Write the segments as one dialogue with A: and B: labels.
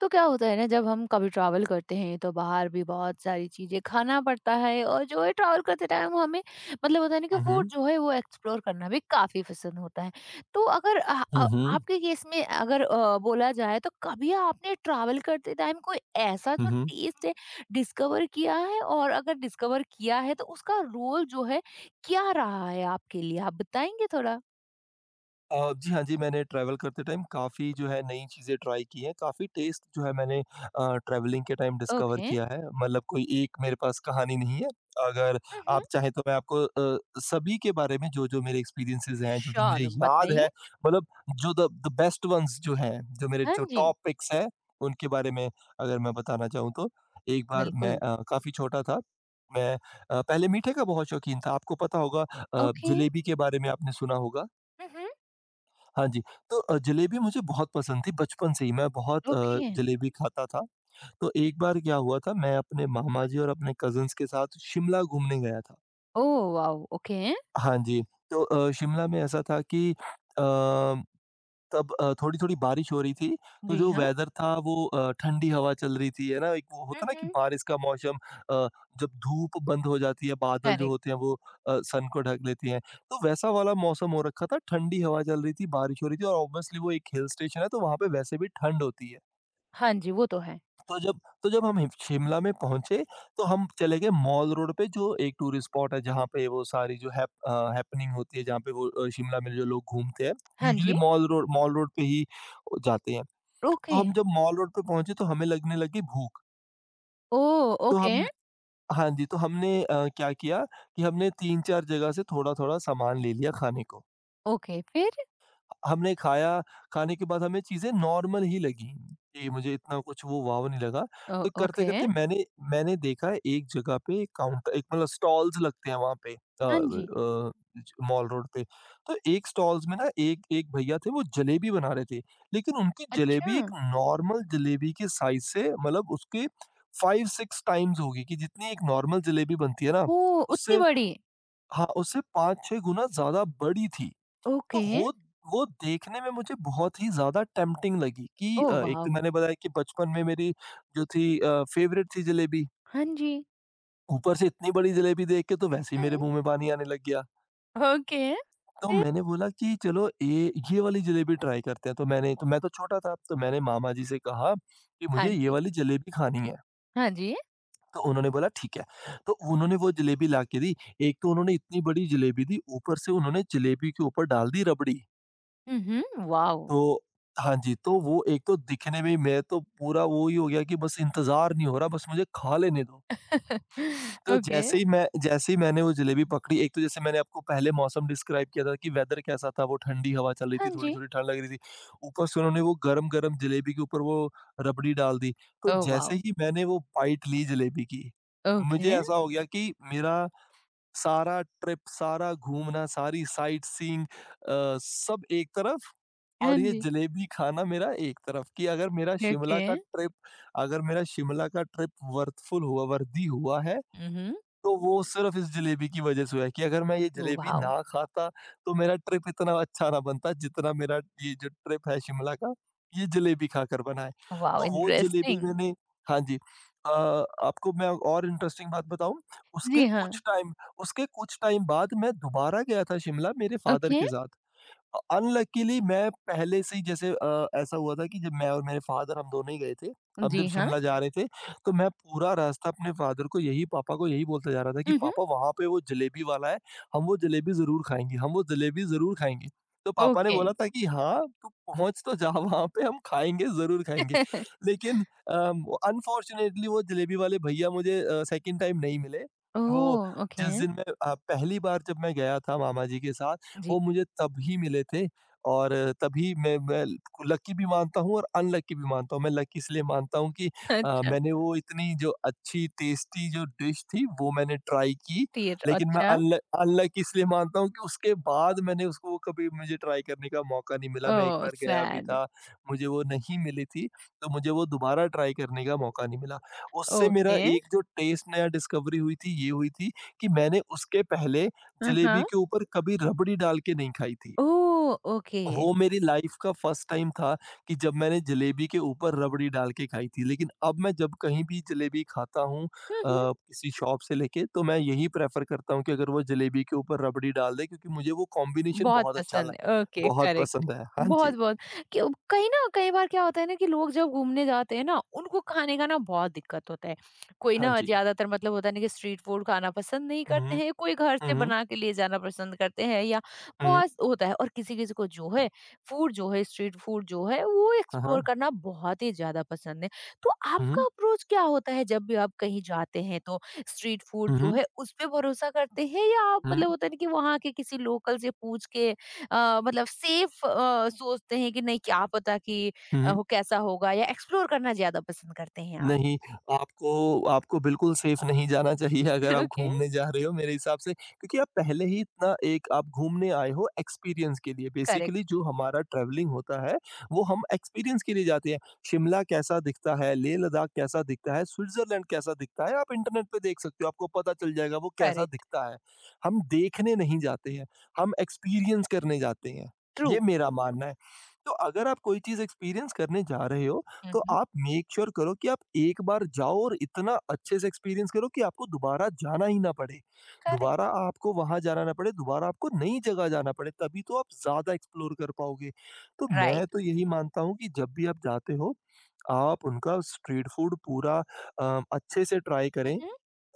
A: तो क्या होता है ना, जब हम कभी ट्रैवल करते हैं तो बाहर भी बहुत सारी चीजें खाना पड़ता है। और जो है ट्रैवल करते टाइम हमें मतलब होता है ना कि
B: Uh huh.
A: फूड जो है वो एक्सप्लोर करना भी काफी पसंद होता है। तो अगर आ, आ,
B: Uh huh.
A: आपके केस में अगर बोला जाए, तो कभी आपने ट्रैवल करते टाइम कोई ऐसा
B: Uh
A: जो
B: huh.
A: टेस्ट है डिस्कवर किया है? और अगर डिस्कवर किया है, तो उसका रोल जो है क्या रहा है आपके लिए, आप बताएंगे थोड़ा?
B: जी हाँ जी, मैंने ट्रैवल करते टाइम काफ़ी जो है नई चीज़ें ट्राई की हैं, काफ़ी टेस्ट जो है मैंने ट्रैवलिंग के टाइम डिस्कवर
A: ओके।
B: किया है। मतलब कोई एक मेरे पास कहानी नहीं है। अगर
A: हम्म।
B: आप चाहें तो मैं आपको सभी के बारे में जो-जो मेरे एक्सपीरियंसेस हैं, जो-जो मुझे
A: श्योर,
B: याद
A: बताइए।
B: है, मतलब जो द द बेस्ट वन्स जो हैं, जो मेरे
A: हाँ
B: जो
A: जी।
B: टॉप पिक्स हैं, उनके बारे में अगर मैं बताना चाहूँ तो, एक बार मैं
A: बिल्कुल।
B: काफ़ी छोटा था। मैं पहले मीठे का बहुत शौकीन था। आपको पता होगा
A: ओके।
B: जलेबी के बारे में आपने सुना होगा।
A: हम्म।
B: हाँ जी, तो जलेबी मुझे बहुत पसंद थी बचपन से ही, मैं बहुत
A: ओके।
B: जलेबी खाता था। तो एक बार क्या हुआ था मैं अपने मामा जी और अपने कज़िन्स के साथ शिमला घूमने गया था।
A: Oh wow! ओके,
B: हाँ जी, तो शिमला में ऐसा था कि अ तब थोड़ी-थोड़ी बारिश हो रही थी, तो
A: जी
B: जो
A: हाँ।
B: वेदर था वो ठंडी हवा चल रही थी, है ना? एक वो
A: हुँ,
B: होता है ना कि
A: हुँ।
B: बारिश का मौसम अ, जब धूप बंद हो जाती है, बादल जो
A: करेक्ट।
B: होते हैं वो सन को ढक लेती हैं। तो वैसा वाला मौसम हो रखा था, ठंडी हवा चल रही थी, बारिश हो रही थी और ऑब्वियसली वो एक हिल स्टेशन है, तो वहाँ पे वैसे भी ठंड होती है।
A: हाँ जी, वो तो है।
B: तो जब हम हिम शिमला में पहुँचे, तो हम चले गए मॉल रोड पे जो एक टूरिस्ट स्पॉट है जहाँ पे वो सारी जो हैपनिंग होती है जहाँ पे वो शिमला में जो लोग घूमते हैं,
A: हाँ
B: यूजुअली
A: जी,
B: मॉल रोड पे ही जाते हैं। तो
A: ओके।
B: हम जब मॉल रोड पे पहुँचे तो हमें लगने लगी भूख,
A: ओह!
B: तो
A: ओके,
B: हमने हाँ जी, तो हमने क्या किया कि हमने 3-4 जगह से थोड़ा-थोड़ा सामान ले लिया खाने को।
A: ओके फिर?
B: हमने खाया, खाने के बाद हमें चीज़ें नॉर्मल ही लगीं, कि मुझे इतना कुछ वो वाव नहीं लगा।
A: अ,
B: तो
A: ओके,
B: करते-करते मैंने मैंने देखा एक जगह पे एक काउंटर एक मतलब स्टॉल्स लगते हैं वहाँ पे
A: हाँ जी।
B: मॉल रोड पे। तो एक स्टॉल्स में ना एक एक भैया थे वो जलेबी बना रहे थे, लेकिन उनकी
A: अच्छा,
B: जलेबी एक नॉर्मल जलेबी के साइज़ से मतलब उसके 5-6 टाइम्स होगी कि जितनी एक नॉर्मल जलेबी बनती है ना,
A: ओह! उतनी
B: उससे
A: बड़ी?
B: हाँ, उससे 5-6 गुना ज़्यादा बड़ी थी। तो
A: ओके,
B: वो देखने में मुझे बहुत ही ज़्यादा टेम्प्टिंग लगी कि
A: ओह
B: एक तो
A: वाव!
B: मैंने बताया कि बचपन में मेरी जो थी फ़ेवरेट थी जलेबी,
A: हाँ जी।
B: ऊपर से इतनी बड़ी जलेबी देख के तो वैसे ही मेरे
A: हुँ।
B: मुँह में पानी आने लग गया।
A: ओके,
B: तो
A: फिर?
B: मैंने बोला कि चलो ये वाली जलेबी ट्राई करते हैं, तो मैंने तो मैं तो छोटा था, तो मैंने मामा जी से कहा कि
A: हाँ
B: मुझे ये
A: जी,
B: वाली जलेबी खानी है,
A: हाँ जी।
B: तो उन्होंने बोला ठीक है। तो उन्होंने वो जलेबी ला के दी, एक तो उन्होंने इतनी बड़ी जलेबी दी, ऊपर से उन्होंने जलेबी के ऊपर डाल दी रबड़ी।
A: हुँ, हुँ, वाव!
B: तो हाँ जी, तो वो एक तो दिखने में ही मैं तो पूरा वो ही हो गया कि बस इंतज़ार नहीं हो रहा, बस मुझे खा लेने दो। तो
A: ओके,
B: जैसे ही मैंने वो जलेबी पकड़ी, एक तो जैसे मैंने आपको पहले मौसम डिस्क्राइब किया था कि वेदर कैसा था, वो ठंडी हवा चल रही
A: हाँ
B: थी,
A: जी।
B: थोड़ी-थोड़ी ठंड लग रही थी। ऊपर से उन्होंने वो गरम-गरम जलेबी के ऊपर वो रबड़ी डाल दी। तो
A: ओह
B: जैसे
A: वाव!
B: ही मैंने वो बाइट ली जलेबी की, मुझे
A: ओके,
B: ऐसा हो गया कि मेरा सारा ट्रिप, सारा घूमना, सारी साइट सीइंग सब एक तरफ
A: हाँ
B: और ये
A: जी।
B: जलेबी खाना मेरा एक तरफ कि अगर मेरा शिमला
A: ओके,
B: का ट्रिप अगर मेरा शिमला का ट्रिप वर्थफुल हुआ वर्दी हुआ है,
A: हुँ, हुँ,
B: तो वो सिर्फ़ इस जलेबी की वज़ह से हुआ है कि अगर मैं ये जलेबी
A: वाव!
B: ना खाता, तो मेरा ट्रिप इतना अच्छा ना बनता जितना मेरा ये जो ट्रिप है शिमला का, ये जलेबी खाकर बना है।
A: वाव,
B: तो वो जलेबी
A: इंटरेस्टिंग।
B: मैंने हाँ जी। अ, आपको मैं और इंटरेस्टिंग बात बताऊँ?
A: जी
B: उसके
A: हाँ,
B: कुछ टाइम उसके कुछ टाइम बाद मैं दोबारा गया था शिमला मेरे फ़ादर
A: ओके।
B: के साथ। अनलकीली मैं पहले से ही जैसे ऐसा हुआ था कि जब मैं और मेरे फ़ादर हम दोनों ही गए थे। हम जब
A: जी हाँ।
B: शिमला जा रहे थे, तो मैं पूरा रास्ता अपने फ़ादर को यही पापा को यही बोलता जा रहा था कि
A: हुँ, हुँ।
B: पापा वहाँ पे वो जलेबी वाला है, हम वो जलेबी ज़रूर खाएँगे, हम वो जलेबी ज़रूर खाएँगे। तो पापा ने
A: ओके।
B: बोला था कि हाँ, तू पहुँच तो जा वहाँ पे हम खाएँगे, ज़रूर खाएँगे। लेकिन अनफॉर्च्यूनेटली वो जलेबी वाले भईया मुझे सेकंड टाइम नहीं मिले। वो
A: ओह! ओके।
B: जिस दिन मैं पहली बार जब मैं गया था मामा जी के साथ
A: जी।
B: वो मुझे तभी मिले थे और तभी मैं लकी भी मानता हूँ और अनलकी भी मानता हूँ। मैं लकी इसलिए मानता हूँ कि
A: अच्छा,
B: मैंने वो इतनी जो अच्छी टेस्टी जो डिश थी वो मैंने ट्राई की,
A: तीर
B: लेकिन मैं
A: अच्छा।
B: अनल अनलकी इसलिए मानता हूँ कि उसके बाद मैंने उसको वो कभी मुझे ट्राई करने का मौका नहीं मिला। मैं एक
A: ओह!
B: बार गया भी
A: सैड।
B: था, मुझे वो नहीं मिली थी, तो मुझे वो दोबारा ट्राई करने का मौका नहीं मिला। उससे मेरा
A: ओके।
B: एक जो टेस्ट नया डिस्कवरी हुई थी, ये हुई थी कि मैंने उसके पहले
A: अ, हाँ।
B: जलेबी के ऊपर कभी रबड़ी डाल के नहीं खाई थी।
A: ओह! ओके।
B: वो मेरी लाइफ़ का फर्स्ट टाइम था कि जब मैंने जलेबी के ऊपर रबड़ी डाल के खाई थी। लेकिन अब मैं जब कहीं भी जलेबी खाता हूँ
A: हुँ, हुँ।
B: किसी शॉप से लेके तो मैं यही प्रेफ़र करता हूँ कि अगर वो जलेबी के ऊपर रबड़ी डाल दें क्योंकि मुझे वो कॉम्बिनेशन
A: बहुत
B: बहुत अच्छा ल
A: पसंद है। ओके,
B: बहुत
A: करेक्ट।
B: पसंद है। हाँ जी,
A: बहुत-बहुत क्यों, कहीं ना कई बार क्या होता है ना कि लोग जब घूमने जाते हैं ना, उनको खाने का ना बहुत दिक्कत होता है। कोई
B: हाँ
A: ना
B: जी।
A: ज़्यादातर मतलब होता है ना कि स्ट्रीट फूड खाना पसंद नहीं करते
B: हुँ,
A: हैं, कोई घर
B: हुँ,
A: से
B: हुँ,
A: बना के ले जाना पसंद करते हैं या
B: हुँ।
A: बहुत होता है, और किसी-किसी को जो है, फूड जो है, स्ट्रीट फूड जो है, वो
B: हाँ,
A: एक्सप्लोर
B: हाँ।
A: करना बहुत ही ज़्यादा पसंद है। तो आपका
B: हुँ,
A: अप्रोच क्या होता है जब भी आप कहीं जाते हैं तो? स्ट्रीट फूड
B: हुँ,
A: जो
B: हुँ,
A: है उस पे भरोसा करते हैं या आप
B: हुँ,
A: मतलब होता है ना कि वहाँ के किसी लोकल से पूछ के मतलब सेफ सोचते हैं कि नहीं क्या पता कि
B: हुँ।
A: हो कैसा होगा, या एक्सप्लोर करना ज्यादा पसंद करते हैं आप?
B: नहीं, आपको आपको बिल्कुल सेफ नहीं जाना चाहिए अगर आप
A: ओके।
B: घूमने जा रहे हो मेरे हिसाब से क्योंकि आप पहले ही इतना एक आप घूमने आए हो एक्सपीरियंस के लिए।
A: करेक्ट।
B: बेसिकली जो हमारा ट्रैवलिंग होता है, वो हम एक्सपीरियंस के लिए जाते हैं। शिमला कैसा दिखता है, लेह-लद्दाख कैसा दिखता है, स्विट्ज़रलैंड कैसा दिखता है, आप इंटरनेट पे देख सकते हो, आपको पता चल जाएगा वो कैसा
A: करेक्ट।
B: दिखता है। हम देखने नहीं जाते हैं, हम एक्सपीरियंस करने जाते हैं,
A: ट्रू।
B: ये मेरा मानना है। तो अगर आप कोई चीज़ एक्सपीरियंस करने जा रहे हो तो
A: हम्म।
B: आप मेक श्योर करो कि आप एक बार जाओ और इतना अच्छे से एक्सपीरियंस करो कि आपको दोबारा जाना ही ना पड़े,
A: करेक्ट।
B: दोबारा आपको वहां जाना ना पड़े, दोबारा आपको नई जगह जाना पड़े तभी तो आप ज्यादा एक्सप्लोर कर पाओगे। तो
A: राइट।
B: मैं तो यही मानता हूँ कि जब भी आप जाते हो आप उनका स्ट्रीट फूड पूरा अच्छे से ट्राई करें।
A: हम्म।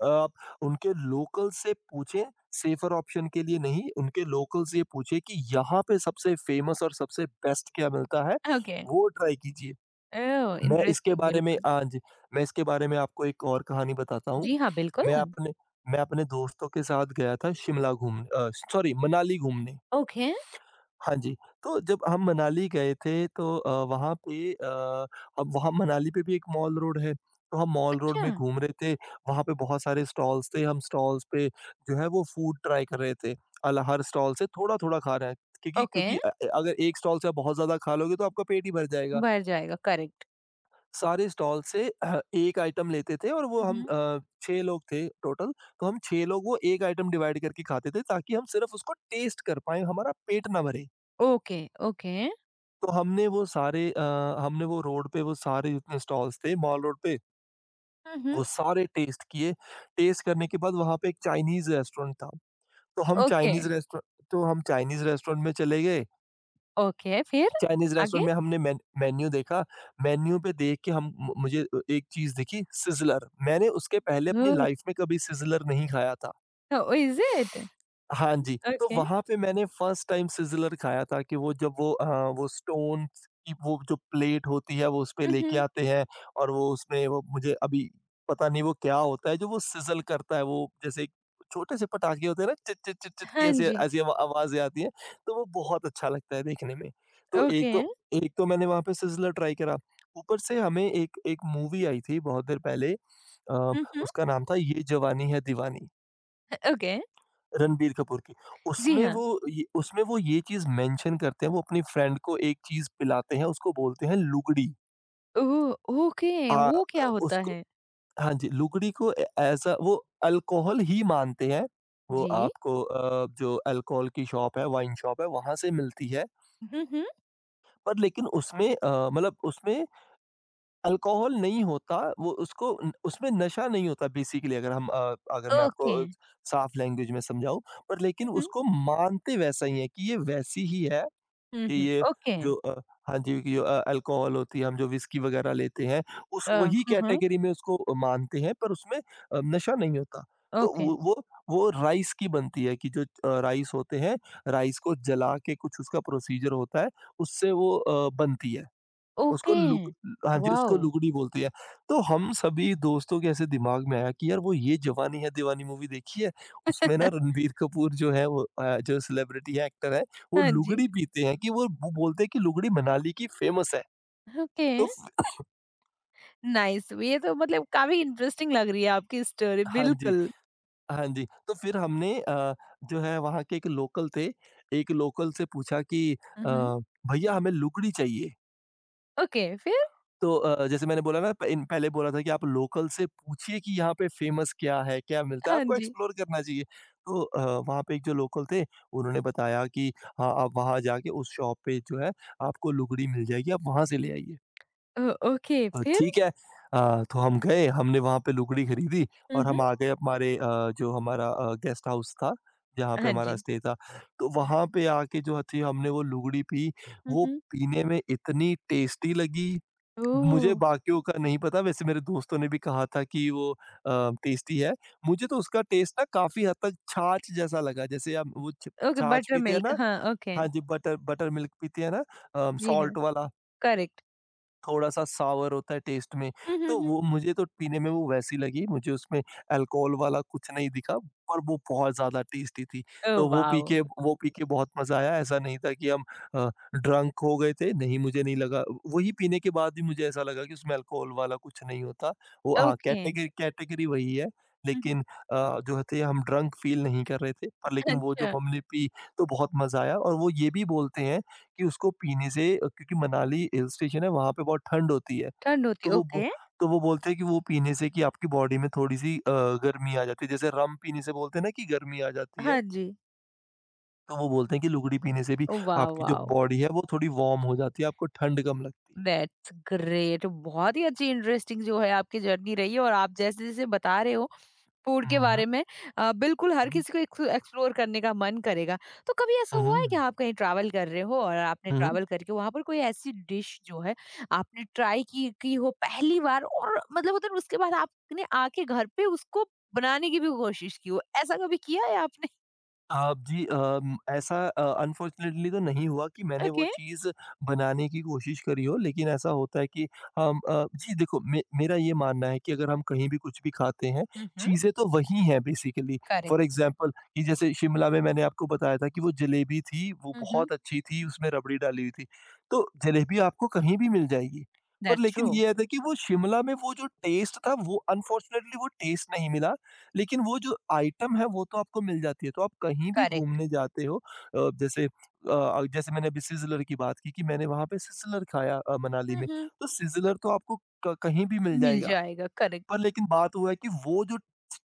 B: आप उनके लोकल से पूछें सेफर ऑप्शन के लिए नहीं, उनके लोकल से ये पूछें कि यहाँ पे सबसे फेमस और सबसे बेस्ट क्या मिलता है,
A: ओके।
B: वो ट्राई कीजिए।
A: ओह,
B: मैं इसके
A: इंटरेस्टिंग,
B: बारे में
A: बिल्कुल।
B: आज मैं इसके बारे में आपको एक और कहानी बताता हूँ।
A: जी हाँ,
B: मैं
A: बिल्कुल।
B: अपने मैं अपने दोस्तों के साथ गया था शिमला घूमने सॉरी मनाली घूमने।
A: ओके।
B: हाँ जी, तो जब हम मनाली गए थे तो अब वहाँ मनाली पे भी एक मॉल रोड है। तो हम मॉल रोड
A: अच्छा।
B: में घूम रहे थे, वहाँ पे बहुत सारे स्टॉल्स थे, हम स्टॉल्स पे जो है वो फूड ट्राई कर रहे थे। अल हर स्टॉल से थोड़ा-थोड़ा खा रहे हैं क्योंकि
A: ओके।
B: क्योंकि अ, अ- अगर एक स्टॉल से आप बहुत ज़्यादा खा लोगे तो आपका पेट ही भर जाएगा।
A: भर जाएगा, करेक्ट।
B: सारे स्टॉल से एक आइटम लेते थे और वो हम
A: हम्म।
B: 6 लोग थे टोटल, तो हम 6 लोग वो एक आइटम डिवाइड करके खाते थे ताकि हम सिर्फ़ उसको टेस्ट कर पाएँ, हमारा पेट ना भरे।
A: ओके। ओके।
B: तो हमने वो सारे अ, हमने वो रोड पे वो सारे जितने स्टॉल्स थे मॉल रोड पे,
A: हम्म।
B: वो सारे टेस्ट किए। टेस्ट करने के बाद वहाँ पे एक चाइनीज़ रेस्टोरेंट था, तो हम
A: ओके।
B: चाइनीज़ रेस्टो तो हम चाइनीज़ रेस्टोरेंट में चले गए।
A: ओके फिर?
B: चाइनीज़
A: आगे।
B: रेस्टोरेंट में हमने मेन्यू देखा, मेन्यू पे देख के हम मु मुझे एक चीज़ दिखी सिज़लर। मैंने उसके पहले अपनी लाइफ़ में कभी सिज़लर नहीं खाया था।
A: Oh, oh, is it?
B: हाँ जी, तो
A: ओके।
B: वहाँ पे मैंने फर्स्ट टाइम सिज़लर खाया था कि वो जब वो वो स्टोन्स की वो जो प्लेट होती है वो उसपे
A: हुँ,
B: लेके
A: हुँ।
B: आते हैं और वो उसमें वो मुझे अभी पता नहीं वो क्या होता है जो वो सिज़ल करता है वो जैसे एक छोटे से पटाखे होते हैं ना चिट, चिट, चिट, चिट की
A: हाँ
B: ऐसी
A: जी।
B: ऐसी आवाज़ें आती हैं, तो वो बहुत अच्छा लगता है देखने में। तो एक
A: ओके।
B: तो एक तो मैंने वहाँ पे सिज़लर ट्राई करा, ऊपर से हमें एक एक मूवी आई थी बहुत देर पहले
A: हुँ, हुँ।
B: उसका नाम था ये जवानी है दीवानी।
A: ओके।
B: रणबीर कपूर की।
A: जी हाँ।
B: उसमें वो ये चीज़ मेंशन करते हैं, वो अपनी फ्रेंड को एक चीज़ पिलाते हैं, उसको बोलते हैं लुगड़ी।
A: ओह! ओके,
B: अ
A: वो क्या
B: अ,
A: होता
B: उसको
A: है?
B: हाँ जी, लुगड़ी को ए ऐसा वो अल्कोहल ही मानते हैं। वो
A: जी।
B: आपको जो अल्कोहल की शॉप है, वाइन शॉप है, वहाँ से मिलती है।
A: हुँ, हुँ।
B: पर लेकिन उसमें मतलब उसमें अल्कोहल नहीं होता, वो उसको न उसमें नशा नहीं होता बेसिकली। अगर अगर मैं आपको
A: ओके।
B: साफ लैंग्वेज में समझाऊँ। पर लेकिन
A: हुँ, हुँ।
B: उसको मानते वैसा ही है कि ये वैसी ही है।
A: हुँ, हुँ।
B: ये
A: ओके।
B: जो अ, हाँ जी, कि जो अल्कोहल होती है, हम जो व्हिस्की वगैरह लेते हैं, उस
A: अ,
B: वही
A: हुँ, हुँ।
B: कैटेगरी में उसको मानते हैं, पर उसमें नशा नहीं होता। तो
A: ओके।
B: वो वो वो राइस की बनती है। कि जो राइस होते हैं, राइस को जला के कुछ उसका प्रोसीजर होता है, उससे वो बनती है। उसको
A: ओके।
B: लुक हाँ जी, उसको
A: वॉव!
B: लुगड़ी बोलती है। तो हम सभी दोस्तों के ऐसे दिमाग में आया कि यार वो ये जवानी है दीवानी मूवी देखी है? उसमें ना रणबीर कपूर जो है वो जो सेलिब्रिटी है, एक्टर है, वो
A: हाँ जी।
B: लुगड़ी पीते हैं कि वो बोलते हैं कि लुगड़ी मनाली की फेमस है।
A: ओके,
B: तो फ
A: नाइस। ये तो मतलब काफ़ी इंटरेस्टिंग लग रही है आपकी स्टोरी,
B: हाँ जी,
A: बिल्कुल।
B: हाँ जी। तो फिर हमने जो है वहाँ के एक लोकल थे, एक लोकल से पूछा कि
A: हुँ,
B: अ,
A: हुँ।
B: "भैया हमें लुगड़ी चाहिए।"
A: ओके, फिर?
B: तो जैसे मैंने बोला ना प इन पहले बोला था कि आप लोकल से पूछिए कि यहाँ पे फेमस क्या है, क्या मिलता है,
A: हाँ
B: आपको
A: जी।
B: एक्सप्लोर करना चाहिए। तो वहाँ पे एक जो लोकल थे, उन्होंने बताया कि हाँ, आप वहाँ जाके उस शॉप पे जो है, आपको लुगड़ी मिल जाएगी, आप वहाँ से ले आइए।
A: ओ ओके, फिर?
B: ठीक है। तो हम गए, हमने वहाँ पे लुगड़ी खरीदी
A: हुँ,
B: और
A: हुँ।
B: हम आ गए हमारे जो हमारा गेस्ट हाउस था, जहाँ पे
A: हाँ
B: हमारा
A: जी।
B: स्टे था। तो वहाँ पे आके जो थी हमने वो लुगड़ी पी,
A: हुँ,
B: वो
A: हुँ।
B: पीने में इतनी टेस्टी लगी।
A: ओह!
B: मुझे बाकियों का नहीं पता, वैसे मेरे दोस्तों ने भी कहा था कि वो टेस्टी है। मुझे तो उसका टेस्ट ना काफ़ी हद तक छाछ जैसा लगा, जैसे हम वो छ
A: ओके,
B: छाछ पीते हैं
A: बटरमिल्क,
B: ना।
A: हाँ, ओके।
B: हाँ जी, बटर बटर मिल्क पीते हैं ना।
A: जी हाँ,
B: सॉल्ट वाला।
A: करेक्ट।
B: थोड़ा-सा सावर होता है टेस्ट में।
A: हुँ, हुँ,
B: तो
A: हुँ।
B: वो मुझे तो पीने में वो वैसी लगी, मुझे उसमें अल्कोहल वाला कुछ नहीं दिखा, पर वो बहुत ज़्यादा टेस्टी थी।
A: Oh wow!
B: वो पी के बहुत मज़ा आया। ऐसा नहीं था कि हम अ, ड्रंक हो गए थे, नहीं मुझे नहीं लगा। वही पीने के बाद भी मुझे ऐसा लगा कि उसमें अल्कोहल वाला कुछ नहीं होता। वो हाँ,
A: ओके।
B: कैटेगरी कैटेगरी वही है,
A: हुँ, हुँ।
B: लेकिन जो थे हम ड्रंक फ़ील नहीं कर रहे थे। पर लेकिन वो जब
A: अच्छा,
B: हमने पी तो बहुत मज़ा आया। और वो ये भी बोलते हैं कि उसको पीने से क्योंकि मनाली हिल स्टेशन है, वहाँ पे बहुत ठंड होती है।
A: ठंड होती
B: तो
A: है,
B: वो बो
A: ओके।
B: तो वो बोलते हैं कि वो पीने से कि आपकी बॉडी में थोड़ी-सी गर्मी आ जाती है। जैसे रम पीने से बोलते हैं ना कि गर्मी आ जाती है,
A: हाँ जी।
B: तो वो बोलते हैं कि लुगड़ी पीने से भी
A: ओ वाह,
B: आपकी जो
A: वाओ!
B: बॉडी है, वो थोड़ी वार्म हो जाती है, आपको ठंड कम लगती है।
A: That's great. बहुत ही अच्छी इंटरेस्टिंग जो है आपकी जर्नी रही है, और आप जैसे-जैसे बता रहे हो फूड के
B: हुँ,
A: बारे
B: हुँ।
A: में, बिल्कुल हर किसी को एक्सप्लोर करने का मन करेगा। तो कभी ऐसा
B: हुँ,
A: हुआ है कि
B: हुँ,
A: आप कहीं ट्रैवल कर रहे हो और आपने
B: हुँ।
A: ट्रैवल करके वहाँ पर कोई ऐसी डिश जो है आपने ट्राई की हो पहली बार, और मतलब होता है ना, उसके बाद आपने आके घर पे उसको बनाने की भी कोशिश की हो, ऐसा कभी किया है आपने?
B: आप जी ऐसा अनफॉर्चुनेटली तो नहीं हुआ कि मैंने वो
A: ओके।
B: चीज़ बनाने की कोशिश करी हो, लेकिन ऐसा होता है कि हम जी देखो मे मेरा ये मानना है कि अगर हम कहीं भी कुछ भी खाते हैं,
A: हुँ, हुँ।
B: चीज़ें तो वही हैं बेसिकली। For
A: correct.
B: एग्ज़ाम्पल कि जैसे शिमला में मैंने आपको बताया था कि वो जलेबी थी, वो
A: हुँ, हुँ।
B: बहुत अच्छी थी, उसमें रबड़ी डाली हुई थी। तो जलेबी आपको कहीं भी मिल जाएगी। पर
A: दैट्स
B: लेकिन
A: ट्रू।
B: ये है था कि वो शिमला में वो जो टेस्ट था वो अनफॉर्चुनेटली वो टेस्ट नहीं मिला। लेकिन वो जो आइटम है वो तो आपको मिल जाती है। तो आप कहीं भी
A: करेक्ट।
B: घूमने जाते हो जैसे जैसे मैंने अभी सिज़लर की बात की कि मैंने वहाँ पे सिज़लर खाया मनाली
A: हुँ,
B: में।
A: हुँ।
B: तो सिज़लर तो आपको क कहीं भी मिल
A: मिल
B: जाएगा।
A: जाएगा, करेक्ट।
B: पर लेकिन बात वो है कि वो जो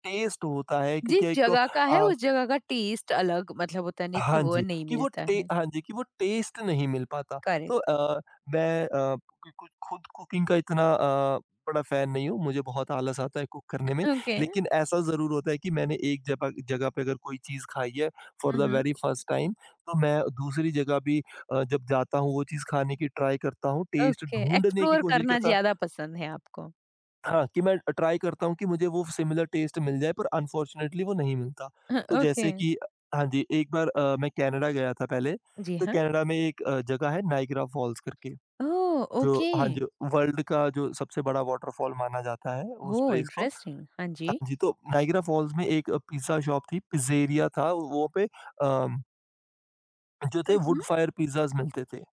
B: टेस्ट होता है
A: जिस
B: क्योंकि एक तो
A: जगह का है
B: आ
A: उस जगह का टेस्ट अलग, मतलब होता नहीं कि
B: हाँ
A: वो
B: जी,
A: नहीं
B: कि वो
A: मिलता
B: टे
A: है।
B: हाँ जी, कि वो टेस्ट नहीं मिल पाता। तो
A: करेक्ट।
B: मैं अ, कु कु खुद कुकिंग का इतना बड़ा फ़ैन नहीं हूँ। मुझे बहुत आलस आता है कुक करने में।
A: ओके।
B: लेकिन ऐसा ज़रूर होता है कि मैंने एक जगह जगह पे अगर कोई चीज़ खाई है for
A: hmm,
B: the
A: hmm.
B: Very first time, तो मैं दूसरी जगह भी जब जाता हूँ, वो चीज़ खाने की ट्राई करता हूँ, टेस्ट
A: ओके,
B: ढूँढने की
A: एक्सप्लोर
B: कोशिश
A: करना
B: करता।
A: ज़्यादा पसंद है आपको।
B: हाँ, कि मैं ट्राई करता हूँ कि मुझे वो सिमिलर टेस्ट मिल जाए पर अनफॉर्च्युनेटली वो नहीं मिलता।
A: ह
B: तो
A: ओके,
B: जैसे कि हाँ जी, एक बार मैं कनाडा गया था पहले।
A: जी
B: तो
A: हाँ।
B: कनाडा में एक जगह है नायग्रा फॉल्स करके,
A: ओह!
B: जो
A: ओके।
B: हाँ जी, वर्ल्ड का जो सबसे बड़ा वाटरफॉल माना जाता है उस
A: ओह!
B: प्लेस को।
A: इंटरेस्टिंग। हाँ जी।
B: हाँ जी, तो नायग्रा फॉल्स में एक पिज़्ज़ा शॉप थी, पिज़्ज़ेरिया था। वो पे जो थे
A: हुँ, हुँ।
B: वुड फायर पिज़्ज़ास मिलते थे।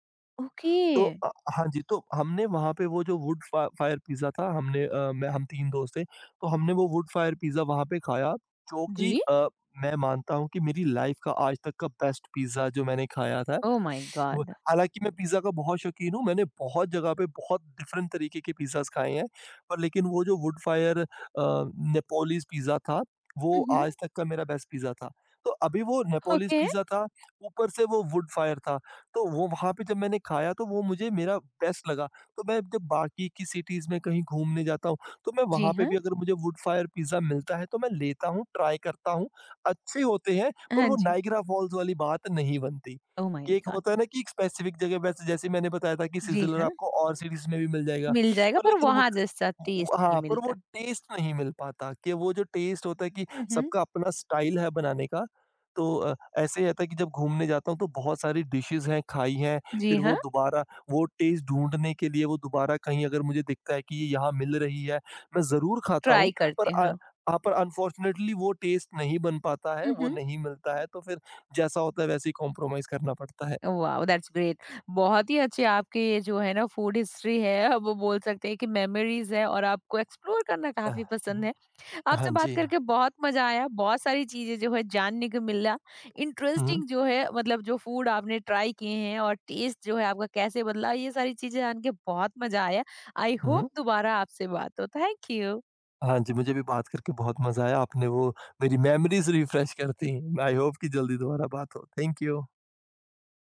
A: ओके,
B: तो हाँ जी, तो हमने वहाँ पे वो जो वुड फ़ा फायर पिज़्ज़ा था। हमने अ, मैं हम 3 दोस्त थे। तो हमने वो वुड फायर पिज़्ज़ा वहाँ पे खाया, जो कि
A: जी।
B: मैं मानता हूँ कि मेरी लाइफ़ का आज तक का बेस्ट पिज़्ज़ा जो मैंने खाया था।
A: ओह माय
B: वो
A: गॉड!
B: हालाँकि मैं पिज़्ज़ा का बहुत शौकीन हूँ, मैंने बहुत जगह पे बहुत डिफ़रेंट तरीके के पिज़्ज़ाज़ खाए हैं, पर लेकिन वो जो वुड फायर नेपोलिस पिज़्ज़ा था, वो
A: हुँ, हुँ।
B: आज तक का मेरा बेस्ट पिज़्ज़ा था। तो अभी वो नेपोलिस
A: ओके,
B: पिज़्ज़ा था, ऊपर से वो वुड फायर था। तो वो वहाँ पे जब मैंने खाया तो वो मुझे मेरा बेस्ट लगा। तो मैं जब बाकी की सिटीज़ में कहीं घूमने जाता हूँ, तो मैं
A: जी
B: वहाँ पे
A: हाँ।
B: भी अगर मुझे वुड फायर पिज़्ज़ा मिलता है तो मैं लेता हूँ, ट्राई करता हूँ। अच्छे होते हैं। पर
A: हाँ
B: वो
A: जी।
B: नायग्रा फॉल्स वाली बात नहीं बनती।
A: ओह माय
B: कि एक
A: गॉड!
B: होता है ना कि एक स्पेसिफिक जगह, वैसे जैसे मैंने बताया था कि
A: जी
B: सिज़लर
A: हाँ,
B: आपको और सिटीज़ में भी मिल जाएगा।
A: मिल जाएगा
B: पर
A: पर
B: लेकिन
A: वहाँ जैसा टेस्ट
B: वो
A: नहीं
B: हाँ, पर वो
A: मिलता।
B: टेस्ट नहीं मिल पाता कि वो जो टेस्ट होता है कि
A: हुँ, हुँ।
B: सबका अपना स्टाइल है बनाने का। तो ऐसे ही रहता है कि जब घूमने जाता हूँ तो बहुत सारी डिशेज़ हैं, खाई हैं,
A: जी
B: फिर
A: हाँ,
B: वो दोबारा वो टेस्ट ढूँढने के लिए वो दोबारा कहीं अगर मुझे दिखता है कि ये यहाँ मिल रही है, मैं ज़रूर खाता
A: ट्राई
B: हूँ, पर
A: करते हैं।
B: यहाँ पर अनफॉर्चुनेटली वो टेस्ट नहीं बन पाता है,
A: हुँ,
B: वो
A: हुँ।
B: नहीं मिलता है, तो फिर जैसा होता है वैसे ही कॉम्प्रोमाइज़ करना पड़ता है।
A: वाओ! That's great. बहुत ही अच्छे आपके ये जो है ना फूड हिस्ट्री है, अब वो बोल सकते हैं कि मेमोरीज़ है, और आपको एक्सप्लोर करना
B: अह,
A: काफ़ी
B: हुँ,
A: पसंद है।
B: हाँ
A: आपसे बात
B: जी।
A: करके बहुत मजा आया, बहुत सारी चीज़ें जो है जानने को मिला।
B: हुँ,
A: इंटरेस्टिंग जो है, मतलब जो फूड आपने ट्राई किए हैं और टेस्ट जो है आपका कैसे बदला, ये सारी चीज़ें जान के बहुत मज़ा आया। आई होप
B: हुँ।
A: दोबारा आपसे बात हो। Thank you.
B: हाँ जी, मुझे भी बात करके बहुत मज़ा आया। आपने वो मेरी मेमोरीज़ रिफ्रेश कर दी। आई होप कि जल्दी दोबारा बात हो। Thank you.